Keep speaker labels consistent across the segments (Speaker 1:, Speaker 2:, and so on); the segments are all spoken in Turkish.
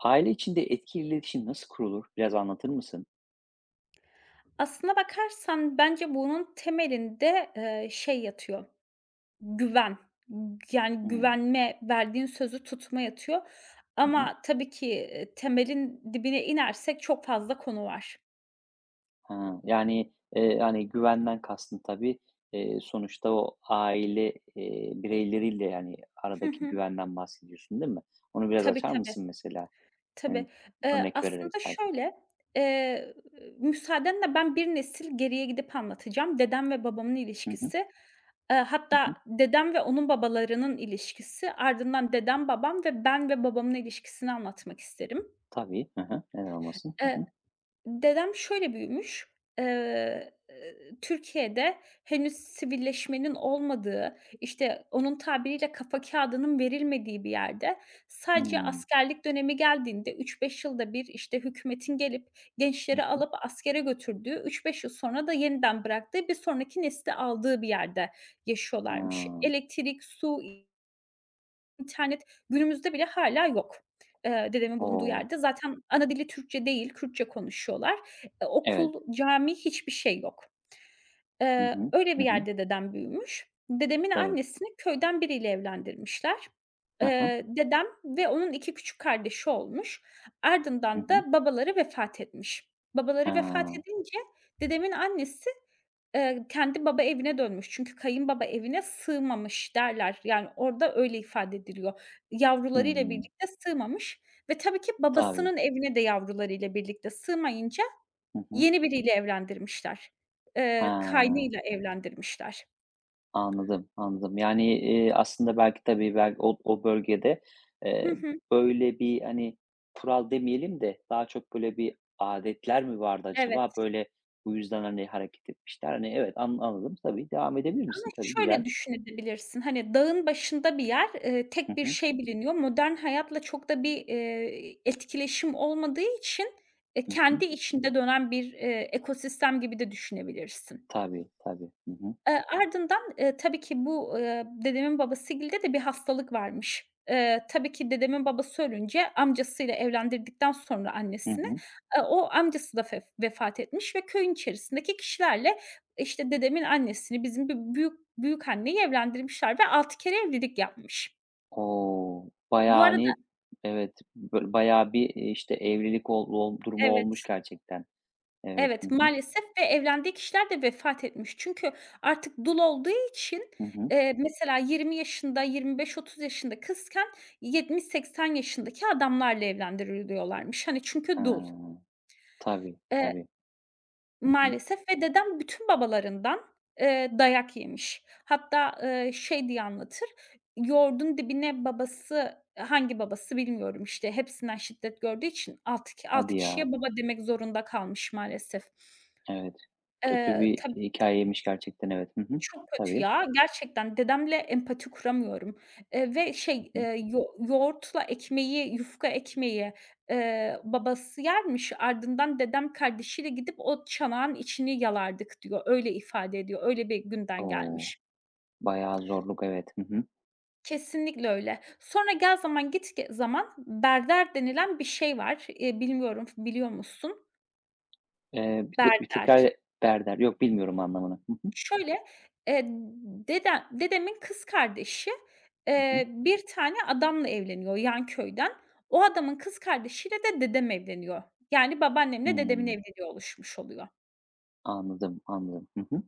Speaker 1: Aile içinde etkili iletişim nasıl kurulur? Biraz anlatır mısın?
Speaker 2: Aslına bakarsan bence bunun temelinde, şey yatıyor, güven. Yani
Speaker 1: Hımm.
Speaker 2: güvenme, verdiğin sözü tutma yatıyor
Speaker 1: Hı hı.
Speaker 2: ama tabii ki, temelin dibine inersek çok fazla konu var.
Speaker 1: Ha, yani, hani, güvenden kastın tabii, sonuçta o aile, bireyleriyle, yani,
Speaker 2: Hı
Speaker 1: aradaki
Speaker 2: hı.
Speaker 1: güvenden bahsediyorsun, değil mi? Onu biraz
Speaker 2: Tabii,
Speaker 1: açar
Speaker 2: tabii.
Speaker 1: mısın mesela?
Speaker 2: Tabii.
Speaker 1: Hani, örnek vererek
Speaker 2: Aslında
Speaker 1: belki.
Speaker 2: şöyle, eee, müsaadenle ben bir nesil geriye gidip anlatacağım. Dedem ve babamın
Speaker 1: Hı hı.
Speaker 2: ilişkisi,
Speaker 1: Hı
Speaker 2: hatta
Speaker 1: hı.
Speaker 2: dedem ve onun babalarının ilişkisi, ardından dedem, babam ve ben ve babamın ilişkisini anlatmak isterim.
Speaker 1: Tabii. Hı hı. Neden olmasın? Hı
Speaker 2: Eee
Speaker 1: hı.
Speaker 2: Dedem şöyle büyümüş, eee, Türkiye'de henüz sivilleşmenin olmadığı, işte, onun tabiriyle kafa kağıdının verilmediği bir yerde sadece
Speaker 1: Hımm.
Speaker 2: askerlik dönemi geldiğinde üç beş yılda bir, işte, hükümetin gelip
Speaker 1: Hı
Speaker 2: gençleri
Speaker 1: hı.
Speaker 2: alıp askere götürdüğü, üç beş yıl sonra da yeniden bıraktığı, bir sonraki nesli aldığı bir yerde
Speaker 1: Ha.
Speaker 2: yaşıyorlarmış. Elektrik, su, İnternet günümüzde bile hâlâ yok, dedemin bulunduğu
Speaker 1: O!
Speaker 2: yerde. Zaten ana dili Türkçe değil, Kürtçe konuşuyorlar.
Speaker 1: Evet.
Speaker 2: Okul, cami, hiçbir şey yok.
Speaker 1: Hı hı.
Speaker 2: Öyle bir
Speaker 1: Hı hı.
Speaker 2: yerde dedem büyümüş. Dedemin
Speaker 1: Evet.
Speaker 2: annesini köyden biriyle evlendirmişler.
Speaker 1: Hı hı.
Speaker 2: Dedem ve onun 2 küçük kardeşi olmuş.
Speaker 1: Hı
Speaker 2: Ardından
Speaker 1: hı.
Speaker 2: da babaları vefat etmiş.
Speaker 1: Ha.
Speaker 2: Babaları vefat edince dedemin annesi kendi baba evine dönmüş çünkü kayınbaba evine sığmamış derler. Yani orada öyle ifade ediliyor. Yavrularıyla
Speaker 1: Hımm.
Speaker 2: birlikte sığmamış ve tabii ki
Speaker 1: Tabii.
Speaker 2: babasının evine de yavrularıyla birlikte sığmayınca
Speaker 1: Hı hı.
Speaker 2: yeni biriyle evlendirmişler.
Speaker 1: Ha.
Speaker 2: Kaynıyla evlendirmişler.
Speaker 1: Anladım, anladım. Yani, aslında belki tabii bel o o bölgede,
Speaker 2: Hı
Speaker 1: eee,
Speaker 2: hı.
Speaker 1: böyle bir, hani, kural demeyelim de daha çok böyle bir adetler mi vardı acaba?
Speaker 2: Evet.
Speaker 1: Böyle, bu yüzden, hani, hareket etmişler. Hani, evet, anladım. Tabii, devam edebilir
Speaker 2: Aslında
Speaker 1: misin? Tabii,
Speaker 2: şöyle
Speaker 1: güzel.
Speaker 2: düşünebilirsin, hani, dağın başında bir yer,
Speaker 1: Hı
Speaker 2: tek bir
Speaker 1: hı.
Speaker 2: şey biliniyor. Modern hayatla çok da bir, etkileşim olmadığı için,
Speaker 1: Hı hı.
Speaker 2: kendi içinde dönen bir, ekosistem gibi de düşünebilirsin.
Speaker 1: Tabii, tabii. Hı hı.
Speaker 2: Ardından, tabii ki bu, dedemin babasgilde de bir hastalık varmış. Tabii ki dedemin babası ölünce amcasıyla evlendirdikten sonra
Speaker 1: Hı
Speaker 2: annesini,
Speaker 1: hı.
Speaker 2: o amcası da vefat etmiş ve köyün içerisindeki kişilerle, işte, dedemin annesini, bizim bir büyük büyükanneyi evlendirmişler ve 6 kere evlilik yapmış.
Speaker 1: O!
Speaker 2: Bu
Speaker 1: Bayağı,
Speaker 2: arada.
Speaker 1: hani, evet, bayağı bir, işte, evlilik ol ol durumu olmuş
Speaker 2: Evet.
Speaker 1: gerçekten. Evet. Hı
Speaker 2: Evet,
Speaker 1: hı.
Speaker 2: maalesef ve evlendiği kişiler de vefat etmiş. Çünkü artık dul olduğu için,
Speaker 1: Hı hı.
Speaker 2: mesela 20 yaşında, 25-30 yaşında kızken 70-80 yaşındaki adamlarla evlendiriliyorlarmış. Hani,
Speaker 1: Ha.
Speaker 2: çünkü dul.
Speaker 1: Tabii,
Speaker 2: Eee,
Speaker 1: tabii. Hı hı.
Speaker 2: Maalesef ve dedem bütün babalarından dayak yemiş. Hatta, şey diye anlatır, yoğurdun dibine babası, hangi babası bilmiyorum, işte, hepsinden şiddet gördüğü için altı ki 6
Speaker 1: Hadi ya.
Speaker 2: kişiye baba demek zorunda kalmış maalesef.
Speaker 1: Evet. Kötü bir
Speaker 2: Tab
Speaker 1: hikâyeymiş gerçekten, evet. Hı hı.
Speaker 2: Çok kötü
Speaker 1: Tabii.
Speaker 2: ya, gerçekten dedemle empati kuramıyorum,
Speaker 1: Hı hı.
Speaker 2: yoğurtla ekmeği, yufka ekmeği, babası yermiş, ardından dedem kardeşiyle gidip o çanağın içini yalardık diyor. Öyle ifade ediyor, öyle bir günden
Speaker 1: O!
Speaker 2: gelmiş.
Speaker 1: Bayağı zorluk, evet. Hı hı.
Speaker 2: Kesinlikle öyle. Sonra gel zaman git zaman berder denilen bir şey var. Bilmiyorum, biliyor musun?
Speaker 1: Bir de bir
Speaker 2: Berder.
Speaker 1: tekrar berder. Yok, bilmiyorum anlamını. Hı hı.
Speaker 2: Şöyle, eee, dedemin kız kardeşi,
Speaker 1: Hı hı.
Speaker 2: bir tane adamla evleniyor yan köyden. O adamın kız kardeşiyle de dedem evleniyor. Yani babaannemle dedemin
Speaker 1: Hımm.
Speaker 2: evliliği oluşmuş oluyor.
Speaker 1: Anladım, anladım. Hı hı.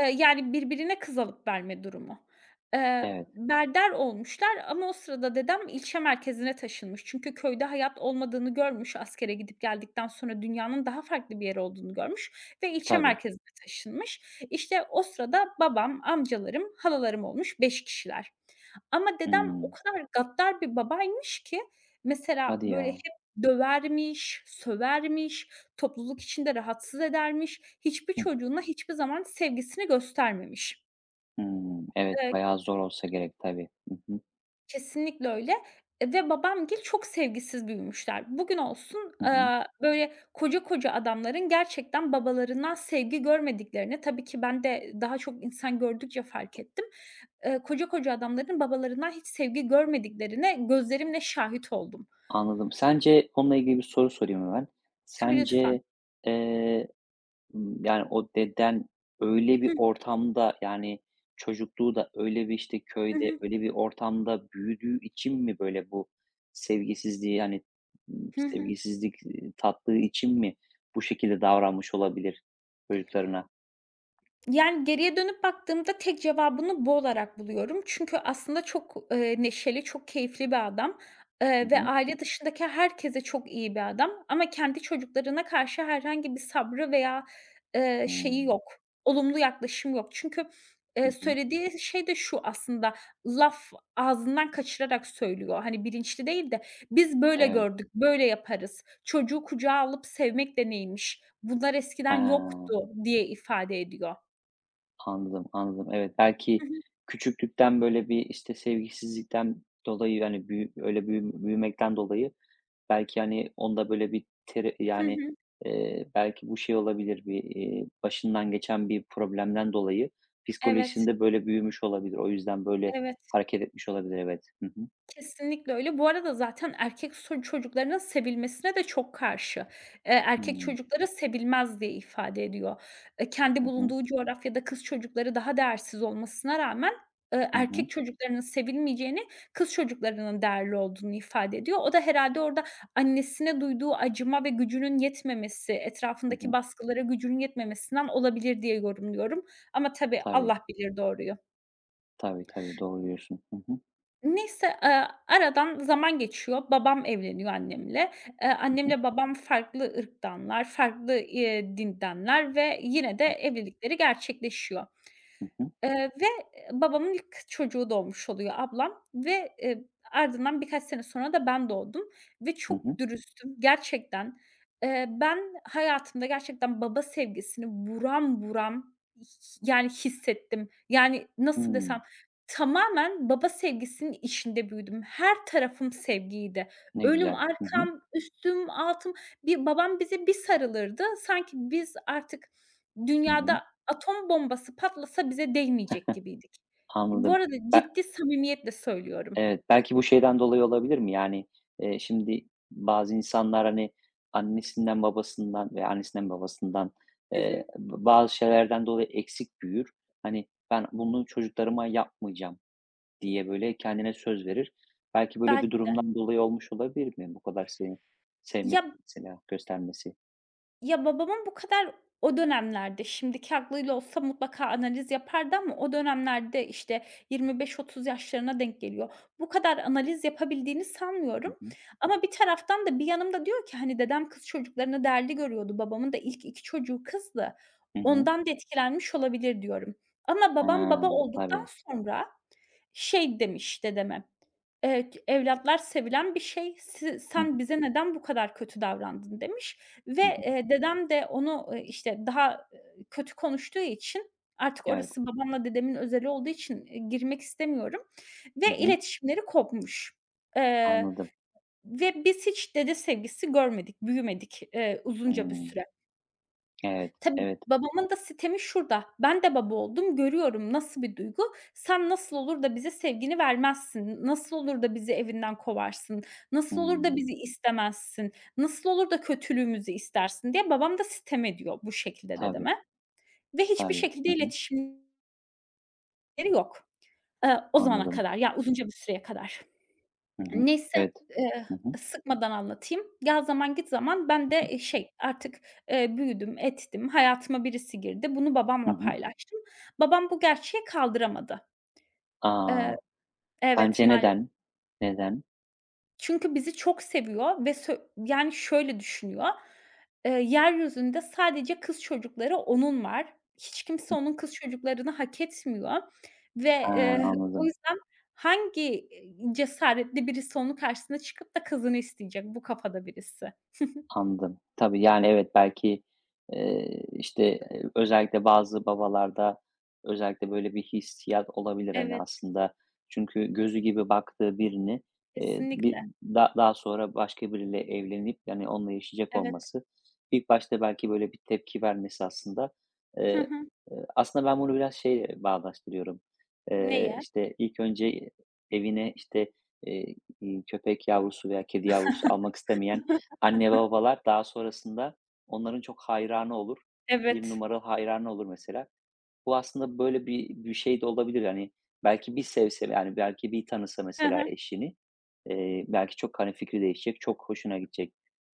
Speaker 2: Yani, birbirine kız alıp verme durumu.
Speaker 1: Evet,
Speaker 2: Berder olmuşlar ama o sırada dedem ilçe merkezine taşınmış. Çünkü köyde hayat olmadığını görmüş, askere gidip geldikten sonra dünyanın daha farklı bir yer olduğunu görmüş ve ilçe
Speaker 1: tabii.
Speaker 2: merkezine taşınmış. İşte, o sırada babam, amcalarım, halalarım olmuş 5 kişiler. Ama dedem o
Speaker 1: Hımm.
Speaker 2: kadar gaddar bir babaymış ki mesela,
Speaker 1: Hadi
Speaker 2: böyle,
Speaker 1: ya.
Speaker 2: hep dövermiş, sövermiş, topluluk içinde rahatsız edermiş, hiçbir
Speaker 1: Hıh.
Speaker 2: çocuğuna hiçbir zaman sevgisini göstermemiş.
Speaker 1: Hımm. Evet,
Speaker 2: Eee,
Speaker 1: bayağı zor olsa gerek tabii. Hı hı.
Speaker 2: Kesinlikle öyle, ve babamgil çok sevgisiz büyümüşler. Bugün olsun,
Speaker 1: Hı hı.
Speaker 2: böyle koca koca adamların gerçekten babalarından sevgi görmediklerini tabii ki ben de daha çok insan gördükçe fark ettim. Koca koca adamların babalarından hiç sevgi görmediklerine gözlerimle şahit oldum.
Speaker 1: Anladım. Sence onunla ilgili bir soru sorayım hemen.
Speaker 2: Tabii, lütfen.
Speaker 1: Sence, eee yani, o deden öyle bir ortamda, yani, çocukluğu da öyle bir, işte,
Speaker 2: Hı
Speaker 1: köyde,
Speaker 2: hı.
Speaker 1: öyle bir ortamda büyüdüğü için mi böyle bu sevgisizliği, hani,
Speaker 2: Hı hı.
Speaker 1: sevgisizlik, tattığı için mi bu şekilde davranmış olabilir çocuklarına?
Speaker 2: Yani, geriye dönüp baktığımda tek cevabını bu olarak buluyorum. Çünkü aslında çok, neşeli, çok keyifli bir adam,
Speaker 1: Hı
Speaker 2: ve
Speaker 1: hı.
Speaker 2: aile dışındaki herkese çok iyi bir adam ama kendi çocuklarına karşı herhangi bir sabrı veya, şeyi
Speaker 1: Hımm.
Speaker 2: yok, olumlu yaklaşım yok. Çünkü,
Speaker 1: Hı hı.
Speaker 2: söylediği şey de şu aslında, laf ağzından kaçırarak söylüyor. Hani, bilinçli değil de "Biz böyle
Speaker 1: Evet.
Speaker 2: gördük, böyle yaparız. Çocuğu kucağa alıp sevmek de neymiş? Bunlar
Speaker 1: Ha,
Speaker 2: eskiden yoktu." diye ifade ediyor.
Speaker 1: anladım, anladım. Evet,
Speaker 2: Hı
Speaker 1: belki
Speaker 2: hı.
Speaker 1: küçüklükten böyle bir, işte, sevgisizlikten dolayı, yani büyü öyle büyü büyümekten dolayı. Belki, hani, onda böyle bir teri
Speaker 2: Hı
Speaker 1: yani,
Speaker 2: hı.
Speaker 1: belki bu şey olabilir, bir, başından geçen bir problemden dolayı
Speaker 2: Evet,
Speaker 1: psikolojisinde böyle büyümüş olabilir. O yüzden böyle
Speaker 2: evet.
Speaker 1: hareket etmiş olabilir, evet. Hı hı.
Speaker 2: Kesinlikle öyle. Bu arada zaten erkek çocuklarının sevilmesine de çok karşı. Erkek
Speaker 1: Hımm.
Speaker 2: çocukları sevilmez diye ifade ediyor. Kendi
Speaker 1: Hı hı.
Speaker 2: bulunduğu coğrafyada kız çocukları daha değersiz olmasına rağmen,
Speaker 1: Hı hı.
Speaker 2: erkek çocuklarının sevilmeyeceğini, kız çocuklarının değerli olduğunu ifade ediyor. O da herhâlde orada annesine duyduğu acıma ve gücünün yetmemesi,
Speaker 1: Hı
Speaker 2: etrafındaki
Speaker 1: hı.
Speaker 2: baskılara gücünün yetmemesinden olabilir diye yorumluyorum. Ama tabii
Speaker 1: Tabii,
Speaker 2: Allah bilir doğruyu.
Speaker 1: tabii, tabii. Doğru diyorsun. Hı hı.
Speaker 2: Neyse, aradan zaman geçiyor. Babam evleniyor annemle.
Speaker 1: Hı hı.
Speaker 2: Annemle babam farklı ırktanlar, farklı, dindenler ve yine de
Speaker 1: Evet.
Speaker 2: evlilikleri gerçekleşiyor.
Speaker 1: Hı hı.
Speaker 2: Eee, ve, babamın ilk çocuğu doğmuş oluyor ablam ve, ardından birkaç sene sonra da ben doğdum ve
Speaker 1: Hı hı.
Speaker 2: çok dürüstüm gerçekten. Ben hayatımda gerçekten baba sevgisini buram buram, yani, hissettim. Yani, nasıl desem,
Speaker 1: Hımm.
Speaker 2: tamamen baba sevgisinin içinde büyüdüm. Her tarafım sevgiydi.
Speaker 1: Ne
Speaker 2: Önüm,
Speaker 1: güzel. Hı hı.
Speaker 2: arkam, üstüm, altım. Bir babam bize bir sarılırdı, sanki biz artık
Speaker 1: Hı hı.
Speaker 2: dünyada atom bombası patlasa bize değmeyecek gibiydik. Bu
Speaker 1: Anladım.
Speaker 2: arada ciddi samimiyetle söylüyorum.
Speaker 1: Evet, belki bu şeyden dolayı olabilir mi? Yani, şimdi bazı insanlar, hani, annesinden, babasından
Speaker 2: Hı hı.
Speaker 1: eee, bazı şeylerden dolayı eksik büyür. Hani, "Ben bunu çocuklarıma yapmayacağım." diye, böyle, kendine söz verir. Belki böyle bir
Speaker 2: Belki de.
Speaker 1: durumdan dolayı olmuş olabilir mi bu kadar seni sevmesi
Speaker 2: Ya
Speaker 1: mesela, göstermesi?
Speaker 2: ya babamın bu kadar o dönemlerde, şimdiki aklıyla olsa mutlaka analiz yapardı ama o dönemlerde, işte, 25-30 yaşlarına denk geliyor. Bu kadar analiz yapabildiğini
Speaker 1: Hı
Speaker 2: sanmıyorum
Speaker 1: hı.
Speaker 2: ama bir taraftan da bir yanımda diyor ki, hani, dedem kız çocuklarını değerli görüyordu. Babamın da ilk 2 çocuğu kızdı.
Speaker 1: Hı hı.
Speaker 2: Ondan da etkilenmiş olabilir diyorum. Ama
Speaker 1: Ha,
Speaker 2: babam baba olduktan
Speaker 1: tabii.
Speaker 2: sonra şey demiş dedeme, "Evlatlar sevilen bir şey,
Speaker 1: Hı hı.
Speaker 2: sen bize neden bu kadar kötü davrandın?" demiş ve,
Speaker 1: Hı hı.
Speaker 2: dedem de onu, işte, daha, kötü konuştuğu için artık
Speaker 1: Evet.
Speaker 2: orası babamla dedemin özeli olduğu için, girmek istemiyorum
Speaker 1: Hı
Speaker 2: ve
Speaker 1: hı.
Speaker 2: iletişimleri kopmuş. Eee,
Speaker 1: Anladım.
Speaker 2: Ve biz hiç dede sevgisi görmedik, büyümedik, uzunca bir
Speaker 1: Hımm.
Speaker 2: süre.
Speaker 1: Evet,
Speaker 2: Tabii,
Speaker 1: evet.
Speaker 2: babamın da sitemi şurada. Ben de baba oldum, görüyorum nasıl bir duygu. Sen nasıl olur da bize sevgini vermezsin? Nasıl olur da bizi evinden kovarsın? Nasıl olur da
Speaker 1: Hımm.
Speaker 2: bizi istemezsin? Nasıl olur da kötülüğümüzü istersin diye babam da sitem ediyor bu şekilde
Speaker 1: Tabii,
Speaker 2: dedeme ve hiçbir
Speaker 1: tabii.
Speaker 2: şekilde
Speaker 1: Hı hı.
Speaker 2: iletişimleri yok, o zamana
Speaker 1: Anladım.
Speaker 2: kadar, ya uzunca bir süreye kadar.
Speaker 1: Hı hı.
Speaker 2: Neyse,
Speaker 1: Evet.
Speaker 2: eee,
Speaker 1: Hı hı.
Speaker 2: sıkmadan anlatayım. Gel zaman git zaman ben de, büyüdüm, ettim, hayatıma birisi girdi. Bunu
Speaker 1: Hı
Speaker 2: babamla
Speaker 1: hı.
Speaker 2: paylaştım. Babam bu gerçeği kaldıramadı. Eee
Speaker 1: A!
Speaker 2: Evet,
Speaker 1: Sence
Speaker 2: maalesef.
Speaker 1: neden? Neden?
Speaker 2: Çünkü bizi çok seviyor ve yani, şöyle düşünüyor, yeryüzünde sadece kız çocukları onun var. Hiç kimse onun kız çocuklarını hak etmiyor ve,
Speaker 1: Ha,
Speaker 2: o
Speaker 1: anladım.
Speaker 2: yüzden hangi, cesaretli birisi onun karşısına çıkıp da kızını isteyecek? Bu kafada birisi.
Speaker 1: Anladım. Tabii, yani, evet, belki, işte, özellikle bazı babalarda özellikle böyle bir hissiyat olabilir, hani,
Speaker 2: Evet,
Speaker 1: aslında. Çünkü gözü gibi baktığı birini, eee, bir
Speaker 2: kesinlikle.
Speaker 1: da daha sonra başka biriyle evlenip, yani, onunla yaşayacak
Speaker 2: Evet.
Speaker 1: olması, ilk başta belki böyle bir tepki vermesi aslında,
Speaker 2: Hı
Speaker 1: eee,
Speaker 2: hı.
Speaker 1: aslında ben bunu biraz şeye bağdaştırıyorum.
Speaker 2: Neye?
Speaker 1: İşte, ilk önce evine, işte, eee, köpek yavrusu veya kedi yavrusu almak istemeyen anne babalar daha sonrasında onların çok hayranı olur, bir
Speaker 2: Evet.
Speaker 1: numaralı hayranı olur mesela. Bu aslında böyle bir şey de olabilir, yani. Belki bir sevse, yani, belki bir tanısa
Speaker 2: Hı
Speaker 1: mesela
Speaker 2: hı.
Speaker 1: eşini, belki çok, hani, fikri değişecek, çok hoşuna gidecek,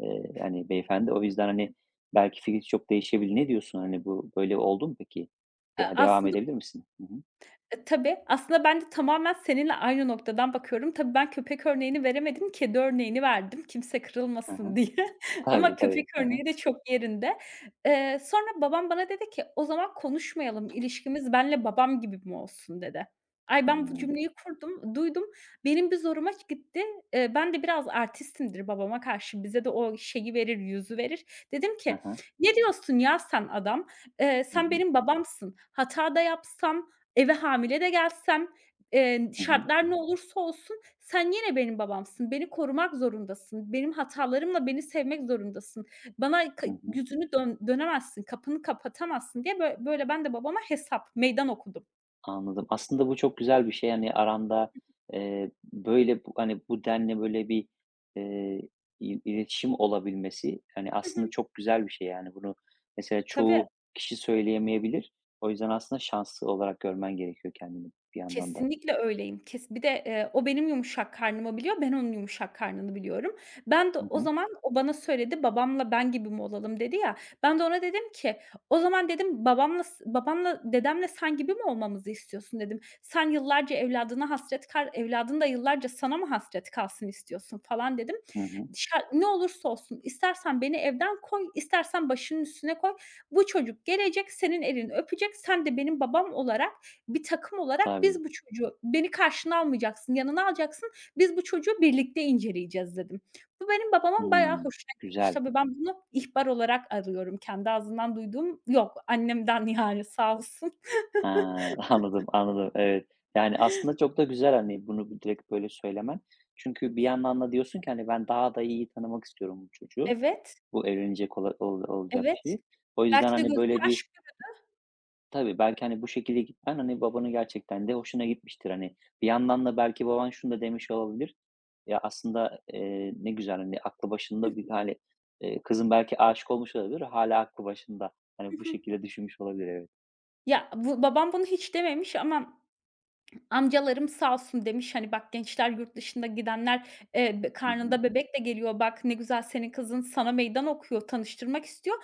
Speaker 1: hani, beyefendi. O yüzden, hani, belki fikri çok değişebilir. Ne diyorsun? Hani, bu böyle oldu mu peki?
Speaker 2: A
Speaker 1: Ya, devam
Speaker 2: aslında
Speaker 1: edebilir misin? Hı hı.
Speaker 2: Tabii. Aslında ben de tamamen seninle aynı noktadan bakıyorum. Tabii ben köpek örneğini veremedim, kedi örneğini verdim kimse
Speaker 1: Hı
Speaker 2: kırılmasın
Speaker 1: hı.
Speaker 2: diye ama
Speaker 1: Tabii,
Speaker 2: köpek
Speaker 1: tabii. Hı hı.
Speaker 2: örneği de çok yerinde. Sonra babam bana dedi ki, "O zaman konuşmayalım, ilişkimiz benle babam gibi mi olsun?" dedi. Ay, ben bu
Speaker 1: Hımm.
Speaker 2: cümleyi kurdum, duydum. Benim bir zoruma gitti. Ben de biraz artistimdir babama karşı. Bize de o şeyi verir, yüzü verir. Dedim
Speaker 1: Hı
Speaker 2: ki,
Speaker 1: hı.
Speaker 2: "Ne diyorsun ya sen adam?
Speaker 1: Hı
Speaker 2: Sen
Speaker 1: hı.
Speaker 2: benim babamsın. Hata da yapsam, eve hamile de gelsem,
Speaker 1: Hı hı.
Speaker 2: şartlar ne olursa olsun sen yine benim babamsın, beni korumak zorundasın, benim hatalarımla beni sevmek zorundasın, bana
Speaker 1: Hı hı.
Speaker 2: yüzünü dönemezsin, kapını kapatamazsın diye böyle ben de babama hesap, meydan okudum.
Speaker 1: Anladım. Aslında bu çok güzel bir şey, yani aranda, böyle, bu hani, bu denli böyle bir, eee, iletişim olabilmesi, yani
Speaker 2: Hı
Speaker 1: aslında
Speaker 2: hı.
Speaker 1: çok güzel bir şey, yani. Bunu mesela
Speaker 2: Tabii.
Speaker 1: çoğu kişi söyleyemeyebilir. O yüzden aslında şanslı olarak görmen gerekiyor kendini bir yandan da.
Speaker 2: Kesinlikle öyleyim. Bir de, o benim yumuşak karnımı biliyor, ben onun yumuşak karnını biliyorum. Ben de
Speaker 1: Hı
Speaker 2: o
Speaker 1: hı.
Speaker 2: zaman o bana söyledi, "Babamla ben gibi mi olalım?" dedi ya. Ben de ona dedim ki, "O zaman" dedim, babamla dedemle sen gibi mi olmamızı istiyorsun?" dedim. "Sen yıllarca evladına hasret kal, evladın da yıllarca sana mı hasret kalsın istiyorsun?" falan dedim.
Speaker 1: Hı hı.
Speaker 2: Ne olursa olsun, istersen beni evden koy, istersen başının üstüne koy. Bu çocuk gelecek, senin elini öpecek, sen de benim babam olarak bir takım olarak
Speaker 1: Tabii.
Speaker 2: biz bu çocuğu beni karşına almayacaksın, yanına alacaksın, biz bu çocuğu birlikte inceleyeceğiz dedim. Bu benim babamın bayağı
Speaker 1: Hımm.
Speaker 2: hoşuna gitmiş.
Speaker 1: Güzel.
Speaker 2: Tabii ben bunu ihbar olarak arıyorum. Kendi ağzından duyduğum yok. Annemden yani sağ olsun.
Speaker 1: Ha, anladım, anladım. Evet. Yani, aslında çok da güzel, hani, bunu direkt böyle söylemen. Çünkü bir yandan da diyorsun ki, hani, ben daha da iyi tanımak istiyorum bu çocuğu.
Speaker 2: Evet,
Speaker 1: Bu evlenecek olacak
Speaker 2: evet.
Speaker 1: kişi. O yüzden,
Speaker 2: Belki de
Speaker 1: hani,
Speaker 2: gözüme
Speaker 1: böyle bir...
Speaker 2: aşk.
Speaker 1: Tabii, belki, hani, bu şekilde gitmen, hani, babanın gerçekten de hoşuna gitmiştir. Hani, bir yandan da belki baban şunu da demiş olabilir: "Ya, aslında, ne güzel, hani, aklı başında bir hâli." Kızın belki aşık olmuş olabilir, hala aklı başında. Hani, bu
Speaker 2: Hı hı.
Speaker 1: şekilde düşünmüş olabilir, evet.
Speaker 2: Ya, bu babam bunu hiç dememiş ama amcalarım sağ olsun demiş, hani, "Bak gençler, yurt dışında gidenler, be
Speaker 1: Hı hı.
Speaker 2: karnında bebek de geliyor. Bak ne güzel senin kızın sana meydan okuyor, tanıştırmak istiyor.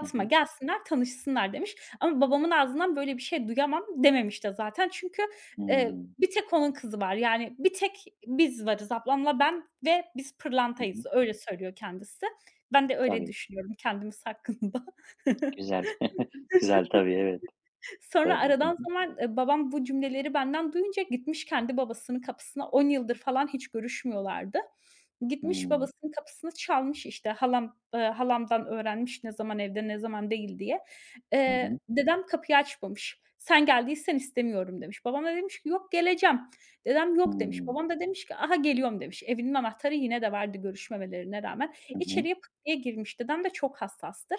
Speaker 1: Hı hı.
Speaker 2: gelsinler, tanışsınlar." demiş. Ama babamın ağzından böyle bir şey duyamam dememiş de zaten. Çünkü,
Speaker 1: Hımm.
Speaker 2: bir tek onun kızı var. Yani bir tek biz varız ablamla ben ve biz
Speaker 1: Hı hı.
Speaker 2: pırlantayız. Öyle söylüyor kendisi. Ben de öyle
Speaker 1: Tabii.
Speaker 2: düşünüyorum kendimiz hakkında.
Speaker 1: Güzel. Güzel, tabii, evet.
Speaker 2: Sonra
Speaker 1: Tabii. Hı
Speaker 2: aradan
Speaker 1: hı.
Speaker 2: zaman, babam bu cümleleri benden duyunca gitmiş kendi babasının kapısına. 10 yıldır falan hiç görüşmüyorlardı. Gitmiş
Speaker 1: Hımm.
Speaker 2: babasının kapısını çalmış, işte, halamdan öğrenmiş ne zaman evde ne zaman değil diye.
Speaker 1: Hı hı.
Speaker 2: Dedem kapıyı açmamış. "Sen geldiysen istemiyorum." demiş. Babam da demiş ki, "Yok, geleceğim." Dedem, "Yok." demiş.
Speaker 1: Hımm.
Speaker 2: Babam da demiş ki, "Aha, geliyorum." demiş. Evinin anahtarı yine de vardı görüşmemelerine rağmen.
Speaker 1: Hı hı.
Speaker 2: İçeriye pıt diye girmiş. Dedem de çok hassastır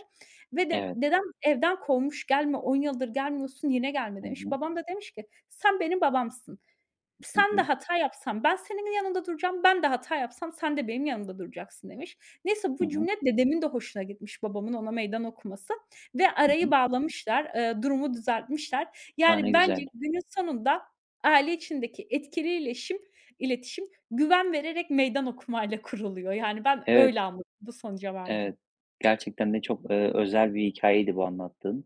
Speaker 2: ve de
Speaker 1: Evet.
Speaker 2: dedem evden kovmuş, "Gelme, 10 yıldır gelmiyorsun, yine gelme."
Speaker 1: Hı
Speaker 2: demiş.
Speaker 1: hı.
Speaker 2: Babam da demiş ki, "Sen benim babamsın.
Speaker 1: Hı
Speaker 2: Sen de
Speaker 1: hı.
Speaker 2: hata yapsan ben senin yanında duracağım, ben de hata yapsam sen de benim yanımda duracaksın." demiş. Neyse
Speaker 1: Hı
Speaker 2: bu
Speaker 1: hı.
Speaker 2: cümle dedemin de hoşuna gitmiş, babamın ona meydan okuması ve
Speaker 1: Hı
Speaker 2: arayı
Speaker 1: hı.
Speaker 2: bağlamışlar, durumu düzeltmişler.
Speaker 1: A, ne
Speaker 2: Yani bence
Speaker 1: güzel.
Speaker 2: günün sonunda aile içindeki etkili iletişim güven vererek meydan okumayla kuruluyor. Yani ben
Speaker 1: Evet,
Speaker 2: öyle anladım, bu sonuca vardım.
Speaker 1: evet. Gerçekten de çok, özel bir hikâyeydi bu anlattığın.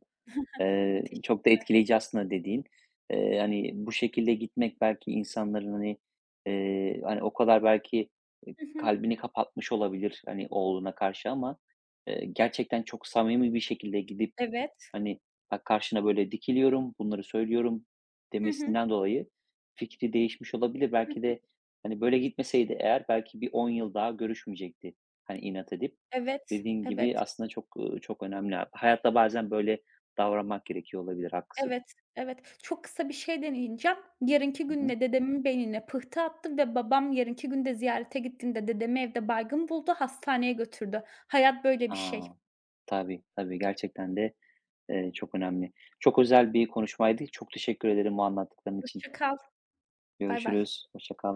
Speaker 2: Teş
Speaker 1: Çok da etkileyici aslında dediğin. Hani, bu şekilde gitmek belki insanların, hani, hani, o kadar belki,
Speaker 2: Hı hı.
Speaker 1: kalbini kapatmış olabilir, hani, oğluna karşı ama, gerçekten çok samimi bir şekilde gidip
Speaker 2: Evet.
Speaker 1: hani, "Bak karşına böyle dikiliyorum, bunları söylüyorum,"
Speaker 2: Hı hı. Hı.
Speaker 1: demesinden dolayı fikri değişmiş olabilir. Belki de, hani, böyle gitmeseydi eğer belki bir 10 yıl daha görüşmeyecekti, hani, inat edip.
Speaker 2: Evet,
Speaker 1: Dediğin
Speaker 2: evet,
Speaker 1: gibi aslında çok, çok önemli. Hayatta bazen böyle davranmak gerekiyor olabilir, haklısın.
Speaker 2: evet, evet. Çok kısa bir şey deneyeceğim. Yarınki
Speaker 1: Hı hı.
Speaker 2: gününe dedemin beynine pıhtı attı ve babam yarınki gün de ziyarete gittiğinde dedemi evde baygın buldu, hastaneye götürdü. Hayat böyle bir
Speaker 1: A!
Speaker 2: şey.
Speaker 1: Tabii, tabii. Gerçekten de, çok önemli. Çok özel bir konuşmaydı. Çok teşekkür ederim bu anlattıkların için.
Speaker 2: Hoşça kal. Bay bay.
Speaker 1: Görüşürüz, hoşça kal.